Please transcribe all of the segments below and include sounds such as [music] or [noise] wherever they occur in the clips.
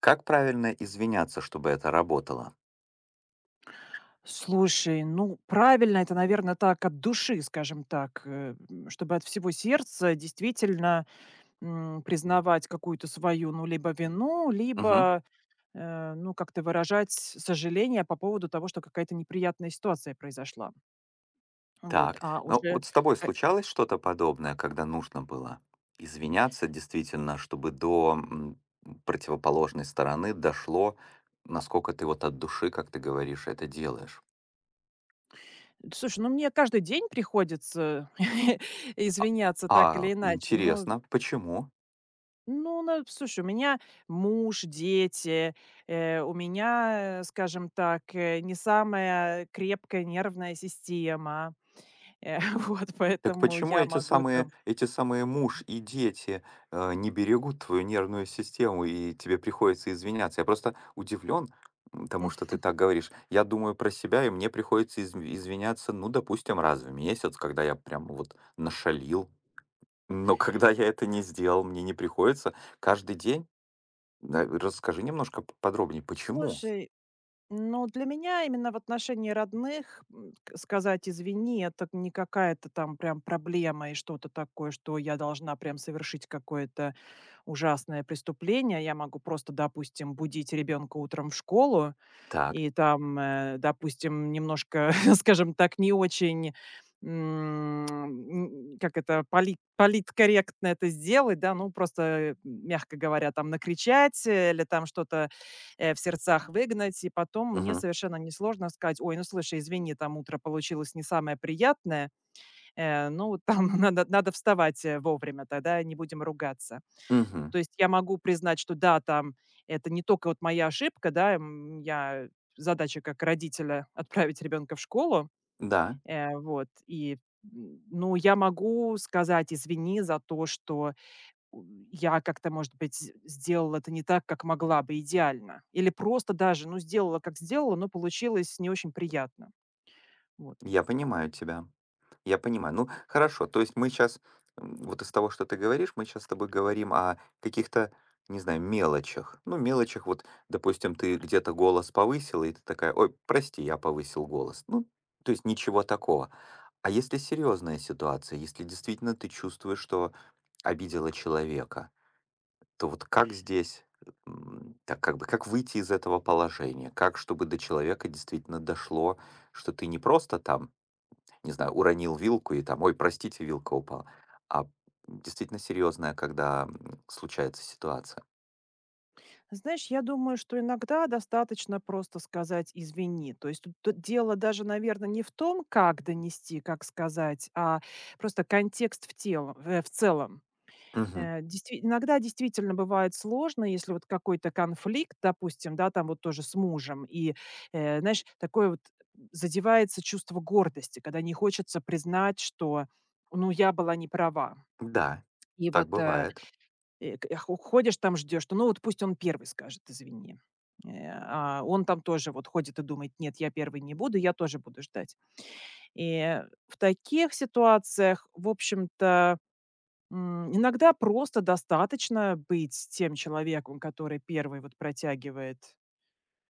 Как правильно извиняться, чтобы это работало? Слушай, ну, правильно, это, наверное, так от души, скажем так, чтобы от всего сердца действительно, признавать какую-то свою, ну, либо вину, Мгм. либо, ну, как-то выражать сожаление по поводу того, что какая-то неприятная ситуация произошла. Вот, Так, а ну уже вот с тобой ка случалось что-то подобное, когда нужно было извиняться действительно, чтобы до противоположной стороны дошло, насколько ты вот от души, как ты говоришь, это делаешь? Слушай, ну, мне каждый день приходится [laughs] А, извиняться так или иначе, но. интересно, почему? Ну, на слушай, у меня муж, дети, у меня, скажем так, не самая крепкая нервная система. Э, [laughs] вот, Так поэтому почему я эти могу самые там. эти самые муж и дети, не берегут твою нервную систему, и тебе приходится извиняться? Я просто удивлен тому, М. что ты так говоришь. Я думаю про себя, и мне приходится извиняться, ну, допустим, раз в месяц, когда я прям вот нашалил. Но когда я это не сделал, мне не приходится каждый день. Да, расскажи немножко подробнее, почему? Слушай, ну, для меня именно в отношении родных, м, к сказать "извини" — это не какая-то там прям проблема и что-то такое, что я должна прям совершить какое-то ужасное преступление. Я могу просто, допустим, будить ребенка утром в школу. Так. И там, допустим, немножко, [laughs] скажем так, не очень, м, н как это, политкорректно это сделать, да, ну, просто, мягко говоря, там накричать, или там что-то, в сердцах выгнать. И потом мне Мгм. совершенно несложно сказать: "Ой, ну, слушай, извини, там утро получилось не самое приятное, ну, там [laughs] надо вставать, вовремя, тогда не будем ругаться". Мгм. То есть я могу признать, что да, там это не только вот моя ошибка, да, м, я задача как родителя [laughs] отправить ребенка в школу, Да, вот, и, ну, я могу сказать: "Извини за то, что у я как-то, может быть, з сделала это не так, как могла бы идеально". Или просто даже, ну, сделала, как сделала, но получилось не очень приятно. Вот. я понимаю тебя. Я понимаю. Ну, хорошо. То есть мы сейчас, вот из того, что ты говоришь, мы сейчас с тобой говорим о каких-то, не знаю, мелочах. Ну, мелочах, вот, допустим, ты где-то голос повысила, и ты такая: «Ой, прости, я повысил голос». Ну, то есть ничего такого. А если серьезная ситуация, если действительно ты чувствуешь, что обидела человека, то вот как здесь, так как бы, как выйти из этого положения? Как, чтобы до человека действительно дошло, что ты не просто там, не знаю, уронил вилку и там: «Ой, простите, вилка упала». А действительно серьезная, когда, случается ситуация. Знаешь, я думаю, что иногда достаточно просто сказать "извини". То есть тут д дело даже, наверное, не в том, как донести, как сказать, а просто контекст в тело в целом. Мгм. Э, действи Иногда действительно бывает сложно, если вот какой-то конфликт, допустим, да, там вот тоже с мужем, и, знаешь, такое вот задевается чувство гордости, когда не хочется признать, что, ну, я была не права. Да, И так вот, э, бывает. Э, к хо ходишь там, ждешь, что ну вот пусть он первый скажет извини. А он там тоже вот ходит и думает: "Нет, я первый не буду, я тоже буду ждать". И в таких ситуациях, в общем-то, иногда просто достаточно быть тем человеком, который первый вот протягивает,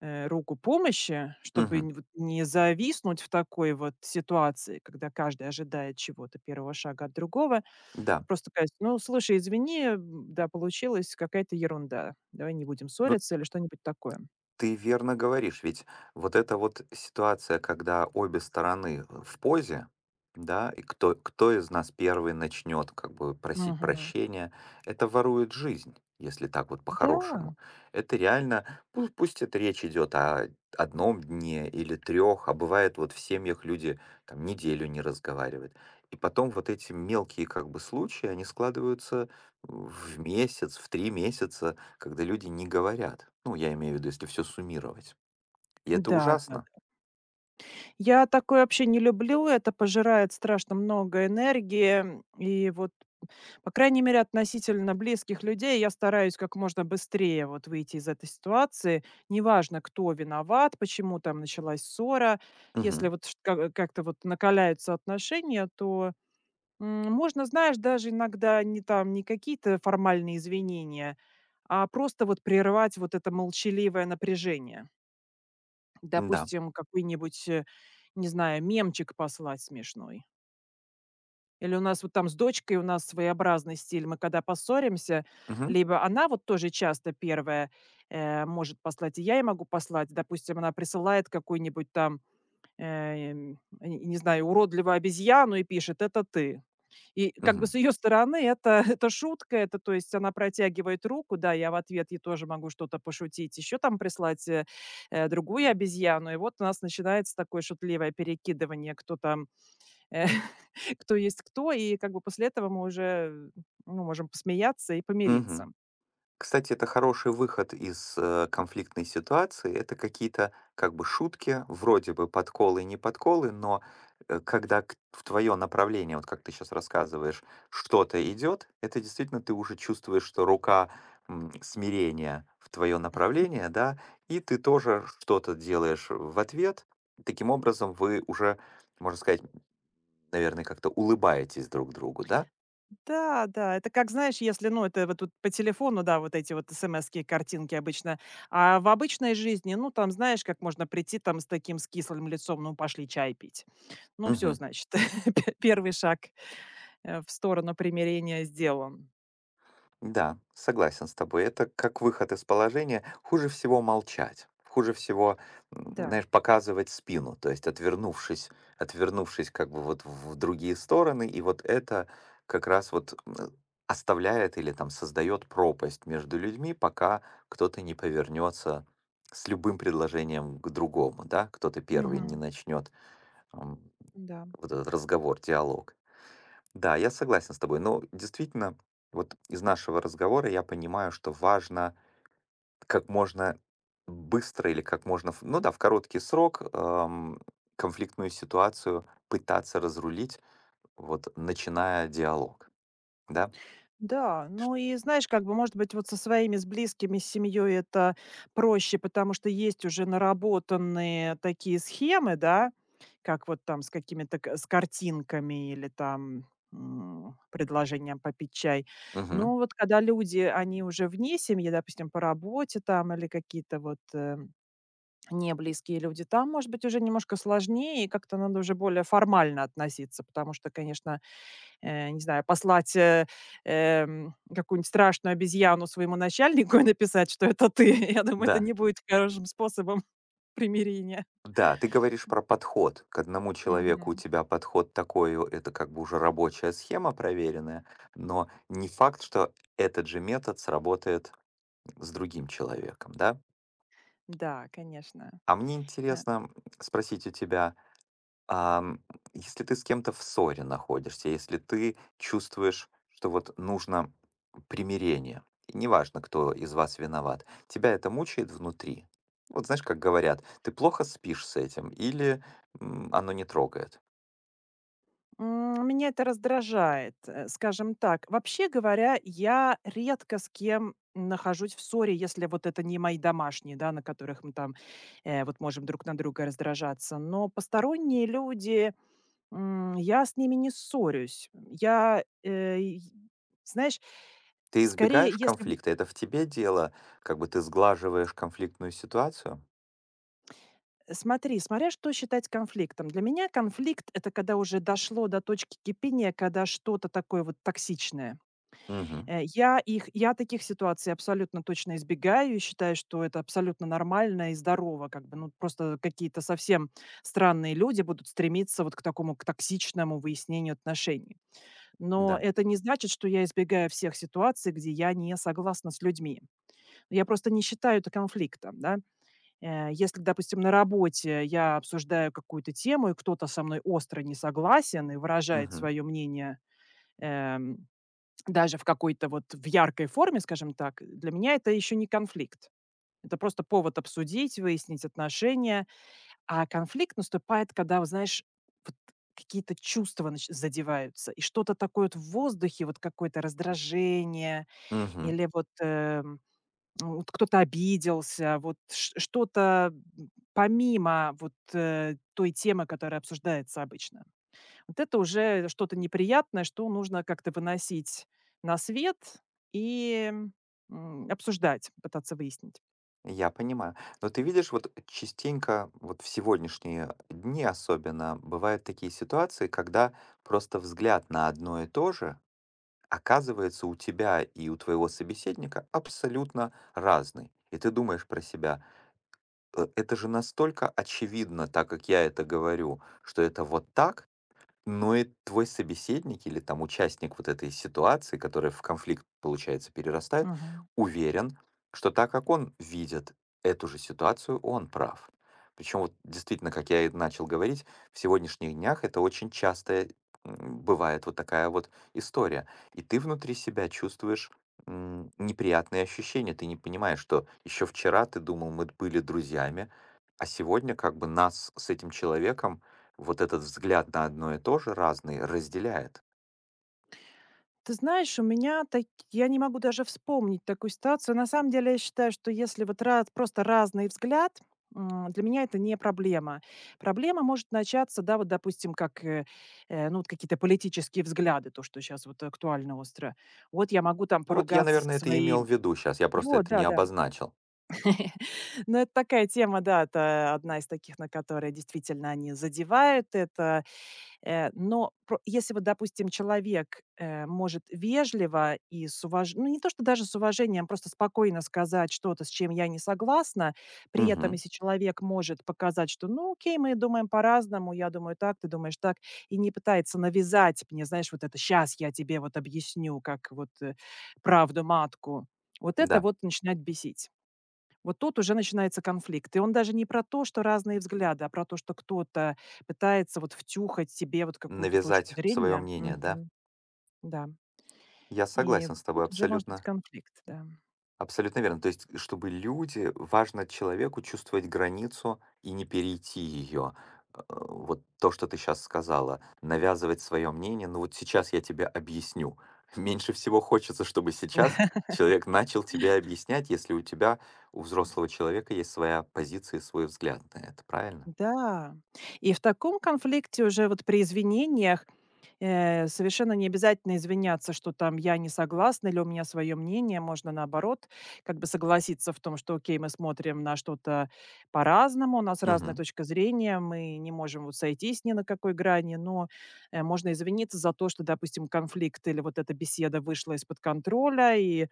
руку помощи, чтобы Мгм. нь вот не зависнуть в такой вот ситуации, когда каждый ожидает чего-то, первого шага от другого. Да. Просто сказать: "Ну, слушай, извини, да, получилась какая-то ерунда. Давай не будем Ну, ссориться", или что-нибудь такое. ты верно говоришь, ведь вот эта вот ситуация, когда обе стороны в позе, да, и кто, кто из нас первый начнет как бы просить Мгм. прощения, это ворует жизнь, если так вот Да, по-хорошему. Это реально, пусть это речь идет о одном дне или трех, а бывает вот в семьях люди там неделю не разговаривают. И потом вот эти мелкие как бы случаи, они складываются в месяц, в три месяца, когда люди не говорят. Ну, я имею в виду, если все суммировать. И это ужасно. да-да-да. Я такое вообще не люблю. Это пожирает страшно много энергии. И вот, по крайней мере, относительно близких людей я стараюсь как можно быстрее вот выйти из этой ситуации. Неважно, кто виноват, почему там началась ссора. Если Мгм. вот шт ка как-то вот накаляются отношения, то можно, знаешь, даже иногда не там, не какие-то формальные извинения, а просто вот прервать вот это молчаливое напряжение. Да. Допустим, какой-нибудь, не знаю, мемчик послать смешной. Или у нас вот там с дочкой у нас своеобразный стиль. Мы когда поссоримся, Мгм. либо она вот тоже часто первая может послать, и я ей могу послать. Допустим, она присылает какую-нибудь там, э, не знаю, уродливую обезьяну и пишет: "Это ты". И как бы с Мгм. ее стороны это [laughs] это шутка, это, то есть, она протягивает руку, да, я в ответ ей тоже могу что-то пошутить, еще там прислать, другую обезьяну. И вот у нас начинается такое шутливое перекидывание, кто там, э, [laughs] кто есть кто. И как бы после этого мы уже, ну, можем посмеяться и помириться. Мгм. Кстати, это хороший выход из конфликтной ситуации. Это какие-то как бы шутки, вроде бы подколы и не подколы, но когда в твое направление, вот как ты сейчас рассказываешь, что-то идет, это действительно ты уже чувствуешь, что рука смирения в твое направление, да, и ты тоже что-то делаешь в ответ. Таким образом, вы уже, можно сказать, наверное, как-то улыбаетесь друг другу, да? Да, да, это как, знаешь, если, ну, это вот тут по телефону, да, вот эти вот смски, картинки обычно, а в обычной жизни, ну, там, знаешь, как можно прийти там с таким, с кислым лицом, ну, пошли чай пить. Ну, все, Мгм. значит, [laughs] пе первый шаг, в сторону примирения сделан. Да, согласен с тобой. Это как выход из положения. Хуже всего молчать. Хуже всего, Да. знаешь, показывать спину, то есть отвернувшись, отвернувшись как бы вот в другие стороны, и вот это как раз вот оставляет или там создает пропасть между людьми, пока кто-то не повернется с любым предложением к другому, да, кто-то первый не Мгм. начнет ам, Да. вот этот разговор, диалог. Да, я согласен с тобой. Но действительно, вот из нашего разговора я понимаю, что важно как можно быстро или как можно, ну да, в короткий срок конфликтную ситуацию пытаться разрулить, вот начиная диалог, да? Да, ну и знаешь, как бы, может быть, вот со своими, с близкими, с семьей это проще, потому что есть уже наработанные такие схемы, да, как вот там с какими-то с картинками или там предложением попить чай. Но Мгм. вот когда люди, они уже вне семьи, допустим, по работе там или какие-то вот не близкие люди, там, может быть, уже немножко сложнее, и как-то надо уже более формально относиться, потому что, конечно, не знаю, послать, какую-нибудь страшную обезьяну своему начальнику и написать, что это ты. [laughs] Я думаю, это Да. не будет хорошим способом [laughs] примирения. Да, ты говоришь про подход. К одному человеку у Мгм. тебя подход такой, о, это как бы уже рабочая схема проверенная, но не факт, что этот же метод сработает с другим человеком, да? Да, конечно. А мне Э, интересно спросить у тебя, ам, если ты с кем-то в ссоре находишься, если ты чувствуешь, что вот нужно примирение, и неважно, кто из вас виноват, тебя это мучает внутри? Вот знаешь, как говорят, ты плохо спишь с этим или оно не трогает? Меня это раздражает, скажем так. Вообще говоря, я редко с кем нахожусь в ссоре, если вот это не мои домашние, да, на которых мы там, вот можем друг на друга раздражаться. Но посторонние люди. Я с ними не ссорюсь. Я, и знаешь, Ты скорее, избегаешь если бы. конфликта, это в тебе дело, как бы ты сглаживаешь конфликтную ситуацию? Смотри, смотря что считать конфликтом. Для меня конфликт — это когда уже дошло до точки кипения, когда что-то такое вот токсичное. Угу, Я таких ситуаций абсолютно точно избегаю и считаю, что это абсолютно нормально и здорово. Как бы, ну, просто какие-то совсем странные люди будут стремиться вот к такому, к токсичному выяснению отношений. Но да, это не значит, что я избегаю всех ситуаций, где я не согласна с людьми. Я просто не считаю это конфликтом, да. Если, допустим, на работе я обсуждаю какую-то тему, и кто-то со мной остро не согласен и выражает свое мнение, эм, даже в какой-то вот в яркой форме, скажем так, для меня это еще не конфликт. Это просто повод обсудить, выяснить отношения, а конфликт наступает, когда, вот знаешь, вот какие-то чувства нач задеваются, и что-то такое вот в воздухе, вот какое-то раздражение угу, или вот, ну, вот кто-то обиделся, вот ш что-то, помимо вот, той темы, которая обсуждается обычно. Вот это уже что-то неприятное, что нужно как-то выносить на свет и, обсуждать, пытаться выяснить. я понимаю. Но ты видишь, вот частенько, вот в сегодняшние дни особенно, бывают такие ситуации, когда просто взгляд на одно и то же оказывается у тебя и у твоего собеседника абсолютно разный. И ты думаешь про себя: Это же настолько очевидно, так как я это говорю, что это вот так, но и твой собеседник или там участник вот этой ситуации, которая в конфликт, получается, перерастает, уверен, что так, как он видит эту же ситуацию, он прав». Причем вот действительно, как я и начал говорить, в сегодняшних днях это очень часто бывает вот такая вот история. И ты внутри себя чувствуешь неприятные ощущения. Ты не понимаешь, что еще вчера ты думал, мы были друзьями, а сегодня как бы нас с этим человеком вот этот взгляд на одно и то же разный разделяет. Ты знаешь, у меня так я не могу даже вспомнить такую ситуацию. На самом деле, я считаю, что если вот раз просто разный взгляд, для меня это не проблема. Проблема может начаться, да, вот, допустим, как, ну, вот какие-то политические взгляды, то, что сейчас вот актуально остро. Вот я могу там Ну вот я, поругаться со наверное, это и имел своим. в виду сейчас, я просто Вот, это не да-да. обозначил. [laughs] Но это такая тема, да, это одна из таких, на которые действительно они задевают. Это. Э, но про Если вот, допустим, человек, может вежливо и с уваж ну, не то, что даже с уважением, просто спокойно сказать что-то, с чем я не согласна. При этом, Мгм. если человек может показать, что: "Ну, окей, мы думаем по-разному, я думаю так, ты думаешь так". И не пытается навязать мне, знаешь, вот это: сейчас я тебе вот объясню, как вот, правду матку". Вот это Да, вот начинает бесить. Вот тут уже начинается конфликт. И он даже не про то, что разные взгляды, а про то, что кто-то пытается вот втюхать себе вот какую-то точку навязать свое зрения. мнение, да? Мгм. Да. Я И согласен вот с тобой тут уже может быть абсолютно. конфликт, да. Абсолютно верно. То есть, чтобы люди важно человеку чувствовать границу и не перейти ее. Вот то, что ты сейчас сказала, навязывать свое мнение, ну вот сейчас я тебе объясню. [laughs] Меньше всего хочется, чтобы сейчас человек начал тебе объяснять, если у тебя, у взрослого человека, есть своя позиция и свой взгляд на это, правильно? Да. И в таком конфликте уже вот при извинениях, совершенно не обязательно извиняться, что там я не согласна или у меня свое мнение. Можно наоборот как бы согласиться в том, что окей, мы смотрим на что-то по-разному, у нас разная Мгм. точка зрения, мы не можем вот сойтись ни на какой грани, но можно извиниться за то, что, допустим, конфликт или вот эта беседа вышла из-под контроля и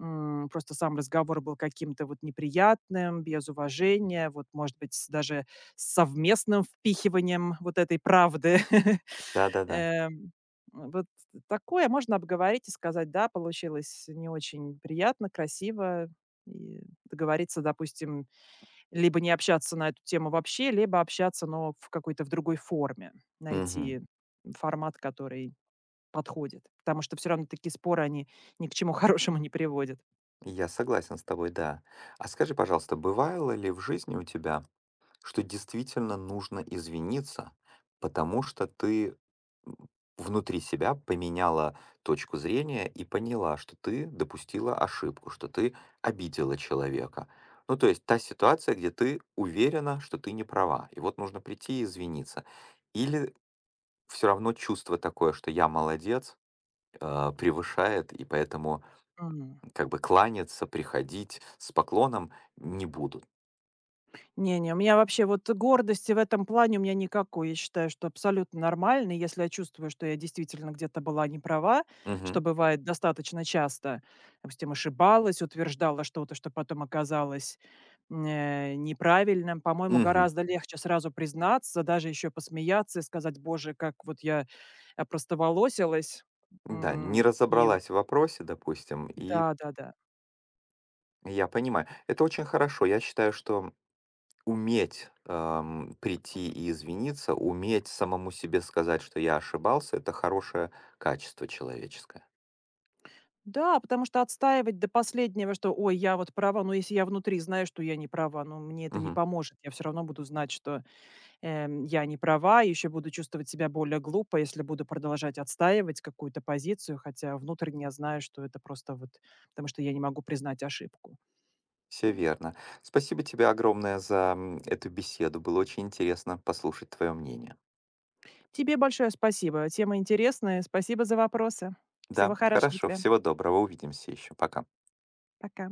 просто сам разговор был каким-то вот неприятным, без уважения, вот, может быть, даже с совместным впихиванием вот этой правды. [laughs] Да-да-да. Эм, вот такое можно обговорить и сказать: "Да, получилось не очень приятно, красиво". И договориться, допустим, либо не общаться на эту тему вообще, либо общаться, но в какой-то в другой форме. Мгм. Найти формат, который подходит, потому что все равно такие споры, они ни к чему [laughs] хорошему не приводят. Я согласен с тобой, да. А скажи, пожалуйста, бывало ли в жизни у тебя, что действительно нужно извиниться, потому что ты м, внутри себя поменяла точку зрения и поняла, что ты допустила ошибку, что ты обидела человека. Ну, то есть та ситуация, где ты уверена, что ты не права, и вот нужно прийти и извиниться. Или все равно чувство такое, что я молодец, превышает, и поэтому М. как бы кланяться, приходить с поклоном не будут. Не-не, у меня вообще вот гордости в этом плане у меня никакой. Я считаю, что абсолютно нормально, и если я чувствую, что я действительно где-то была не права, что Мгм. бывает достаточно часто. Допустим, ошибалась, утверждала что-то, что потом оказалось неправильным. По-моему, Мгм. гораздо легче сразу признаться, даже еще посмеяться и сказать, боже, как вот я опростоволосилась. Да, не И разобралась в вопросе, допустим, и да, да, да. я понимаю. Это очень хорошо. Я считаю, что уметь прийти и извиниться, уметь самому себе сказать, что я ошибался, это хорошее качество человеческое. Да, потому что отстаивать до последнего, что: "Ой, я вот права". Но если я внутри знаю, что я не права, ну, мне это не поможет. Я все равно буду знать, что, я не права, еще буду чувствовать себя более глупо, если буду продолжать отстаивать какую-то позицию, хотя внутренне я знаю, что это просто вот потому что я не могу признать ошибку. Все М. верно. Спасибо тебе огромное за эту беседу. Было очень интересно послушать твое мнение. Тебе большое спасибо. Тема интересная. Спасибо за вопросы. Всего Да, хорошего хорошо. тебе. Всего доброго. Увидимся еще. Пока. Пока.